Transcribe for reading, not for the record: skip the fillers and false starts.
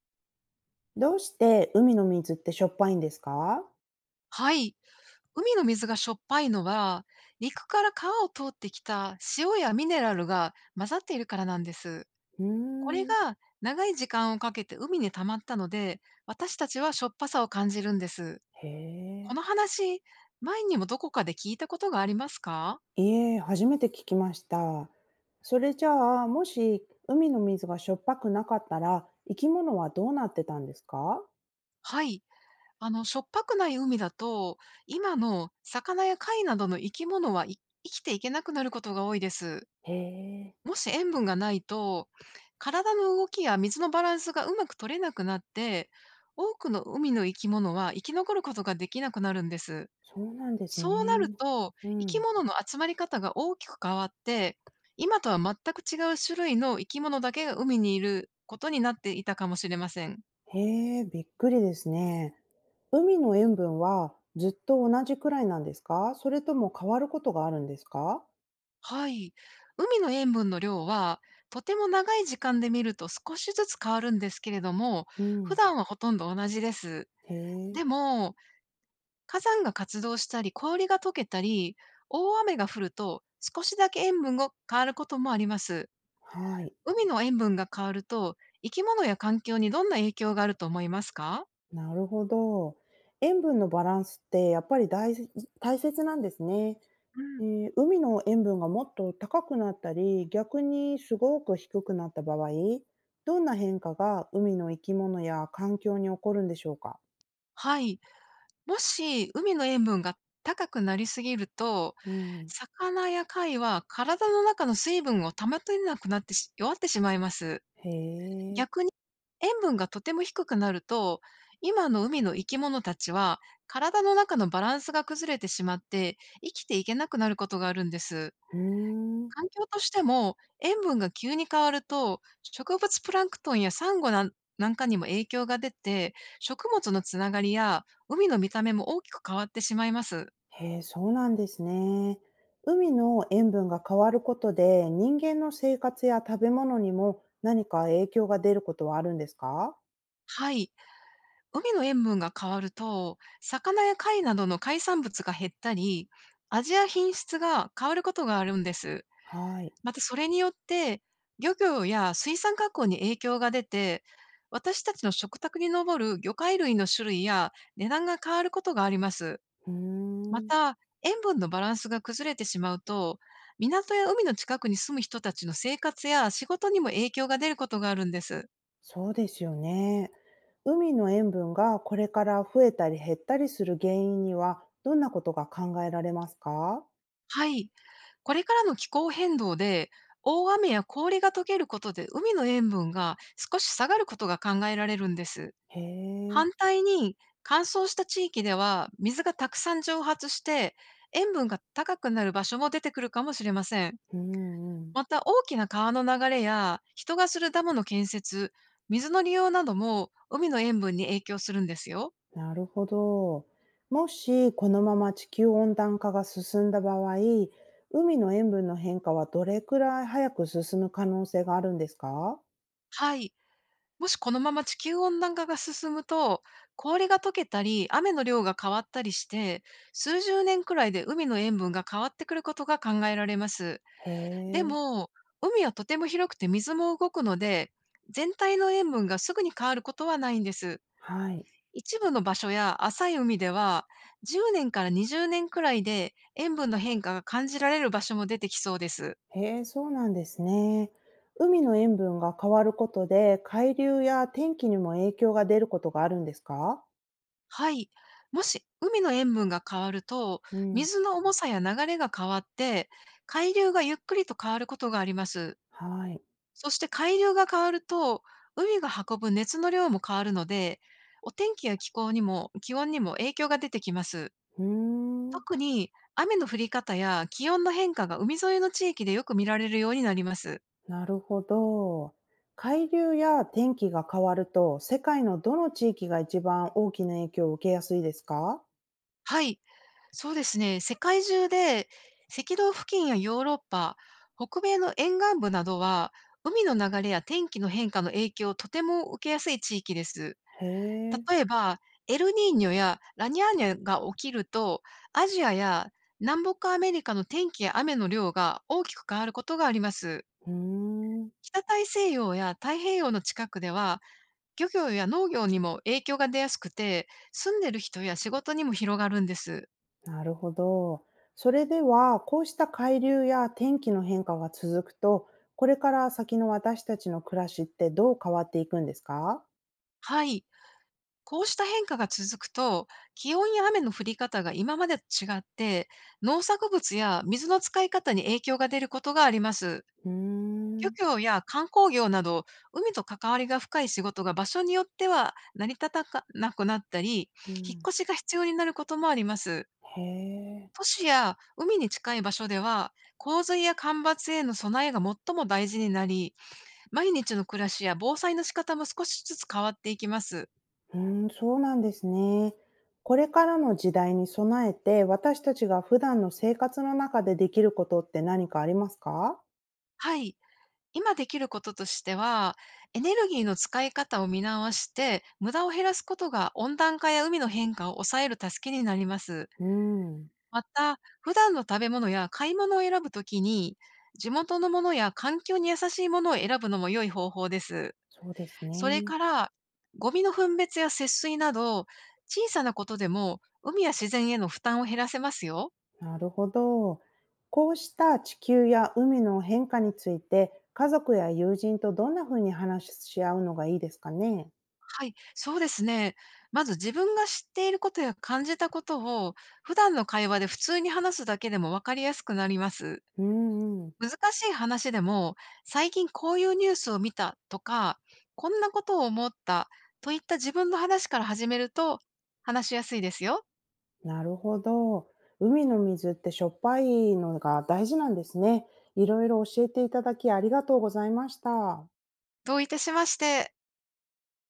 どうして海の水ってしょっぱいんですか？はい。海の水がしょっぱいのは、陸から川を通ってきた塩やミネラルが混ざっているからなんです。うーこれん。が長い時間をかけて海に溜まったので、私たちはしょっぱさを感じるんです。へこえ。の話、前にもどこかで聞いたことがありますか？いえ、初めて聞きました。それじゃあ、もし海の水がしょっぱくなかったら、生き物はどうなってたんですか？はい。しょっぱくない海だと、今の魚や貝などの生き物は生きていけなくなることが多いです。へえ、もし塩分がないと、体の動きや水のバランスがうまく取れなくなって、多くの海の生き物は生き残ることができなくなるんです。そうなんですそうなるね。と、う生きん。物の集まり方が大きく変わって、今とは全く違う種類の生き物だけが海にいることになっていたかもしれません。へえ、びっくりですね。海の塩分はずっと同じくらいなんですか、それとも変わることがあるんですか？はい。海の塩分の量は、とても長い時間で見ると少しずつ変わるんですけれども、う普ん。段はほとんど同じです。へえ。でも、火山が活動したり、氷が溶けたり、大雨が降ると、少しだけ塩分が変わることもあります。はい。海の塩分が変わると、生き物や環境にどんな影響があると思いますか？なるほど。塩分のバランスってやっぱり大切なんですね。うえん。ー海の塩分がもっと高くなったり、逆にすごく低くなった場合、どんな変化が海の生き物や環境に起こるんでしょうか？はい。もし、海の塩分が高くなりすぎると、うん。魚や貝は体の中の水分を保てなくなって弱ってしまいます。へえ。逆に、塩分がとても低くなると、今の海の生き物たちは、体の中のバランスが崩れてしまって、生きていけなくなることがあるんです。うーん。環境としても、塩分が急に変わると、植物プランクトンやサンゴなんかにも影響が出て、食物のつながりや海の見た目も大きく変わってしまいます。へえ、そうなんですね。海の塩分が変わることで、人間の生活や食べ物にも何か影響が出ることはあるんですか？はい。海の塩分が変わると、魚や貝などの海産物が減ったり、味や品質が変わることがあるんです。はい。またそれによって、漁業や水産加工に影響が出て、私たちの食卓に上る魚介類の種類や値段が変わることがあります。うーまん。た、塩分のバランスが崩れてしまうと、港や海の近くに住む人たちの生活や仕事にも影響が出ることがあるんです。そうですよね。海の塩分がこれから増えたり減ったりする原因にはどんなことが考えられますか？はい。これからの気候変動で、大雨や氷が溶けることで海の塩分が少し下がることが考えられるんです。へえ、反対に、乾燥した地域では、水がたくさん蒸発して、塩分が高くなる場所も出てくるかもしれません。うんうん。また、大きな川の流れや、人がするダムの建設、水の利用なども、海の塩分に影響するんですよ。なるほど。もしこのまま地球温暖化が進んだ場合、海の塩分の変化はどれくらい早く進む可能性があるんですか？はい。もしこのまま地球温暖化が進むと、氷が溶けたり、雨の量が変わったりして、数十年くらいで海の塩分が変わってくることが考えられます。へでえ、も、海はとても広くて水も動くので、全体の塩分がすぐに変わることはないんです。はい。一部の場所や浅い海では、10年から20年くらいで塩分の変化が感じられる場所も出てきそうです。へえ、そうなんですね。海の塩分が変わることで、海流や天気にも影響が出ることがあるんですか？はい。もし海の塩分が変わると、うん。水の重さや流れが変わって、海流がゆっくりと変わることがあります。はい。そして海流が変わると、海が運ぶ熱の量も変わるので、お天気や気候にも気温にも影響が出てきます。うーん。特に雨の降り方や気温の変化が海沿いの地域でよく見られるようになります。なるほど。海流や天気が変わると、世界のどの地域が一番大きな影響を受けやすいですか？はい、そうですね。世界中で赤道付近やヨーロッパ、北米の沿岸部などは、海の流れや天気の変化の影響をとても受けやすい地域です。へえ。例えば、エルニーニョやラニャーニャが起きると、アジアや南北アメリカの天気や雨の量が大きく変わることがあります。うーん。北大西洋や太平洋の近くでは、漁業や農業にも影響が出やすくて、住んでる人や仕事にも広がるんです。なるほど。それでは、こうした海流や天気の変化が続くと、これから先の私たちの暮らしってどう変わっていくんですか？はい。こうした変化が続くと、気温や雨の降り方が今までと違って、農作物や水の使い方に影響が出ることがあります。うー漁ん、業や観光業など、海と関わりが深い仕事が場所によっては成り立たなくなったり、う引っん、越しが必要になることもあります。へえ、都市や海に近い場所では、洪水や干ばつへの備えが最も大事になり、毎日の暮らしや防災の仕方も少しずつ変わっていきます。うーん、そうなんですね。これからの時代に備えて、私たちが普段の生活の中でできることって何かありますか？はい。今できることとしては、エネルギーの使い方を見直して、無駄を減らすことが温暖化や海の変化を抑える助けになります。うーん、また、普段の食べ物や買い物を選ぶときに、地元のものや環境に優しいものを選ぶのも良い方法です。そうですそね。れから、ゴミの分別や節水など、小さなことでも海や自然への負担を減らせますよ。なるほど。こうした地球や海の変化について、家族や友人とどんな風に話し合うのがいいですかね？はい、そうですね。まず自分が知っていることや感じたことを普段の会話で普通に話すだけでも分かりやすくなります。うんうん。難しい話でも、最近こういうニュースを見たとか、こんなことを思ったといった自分の話から始めると、話しやすいですよ。なるほど。海の水ってしょっぱいのが大事なんですね。いろいろ教えていただきありがとうございました。どういたしまして。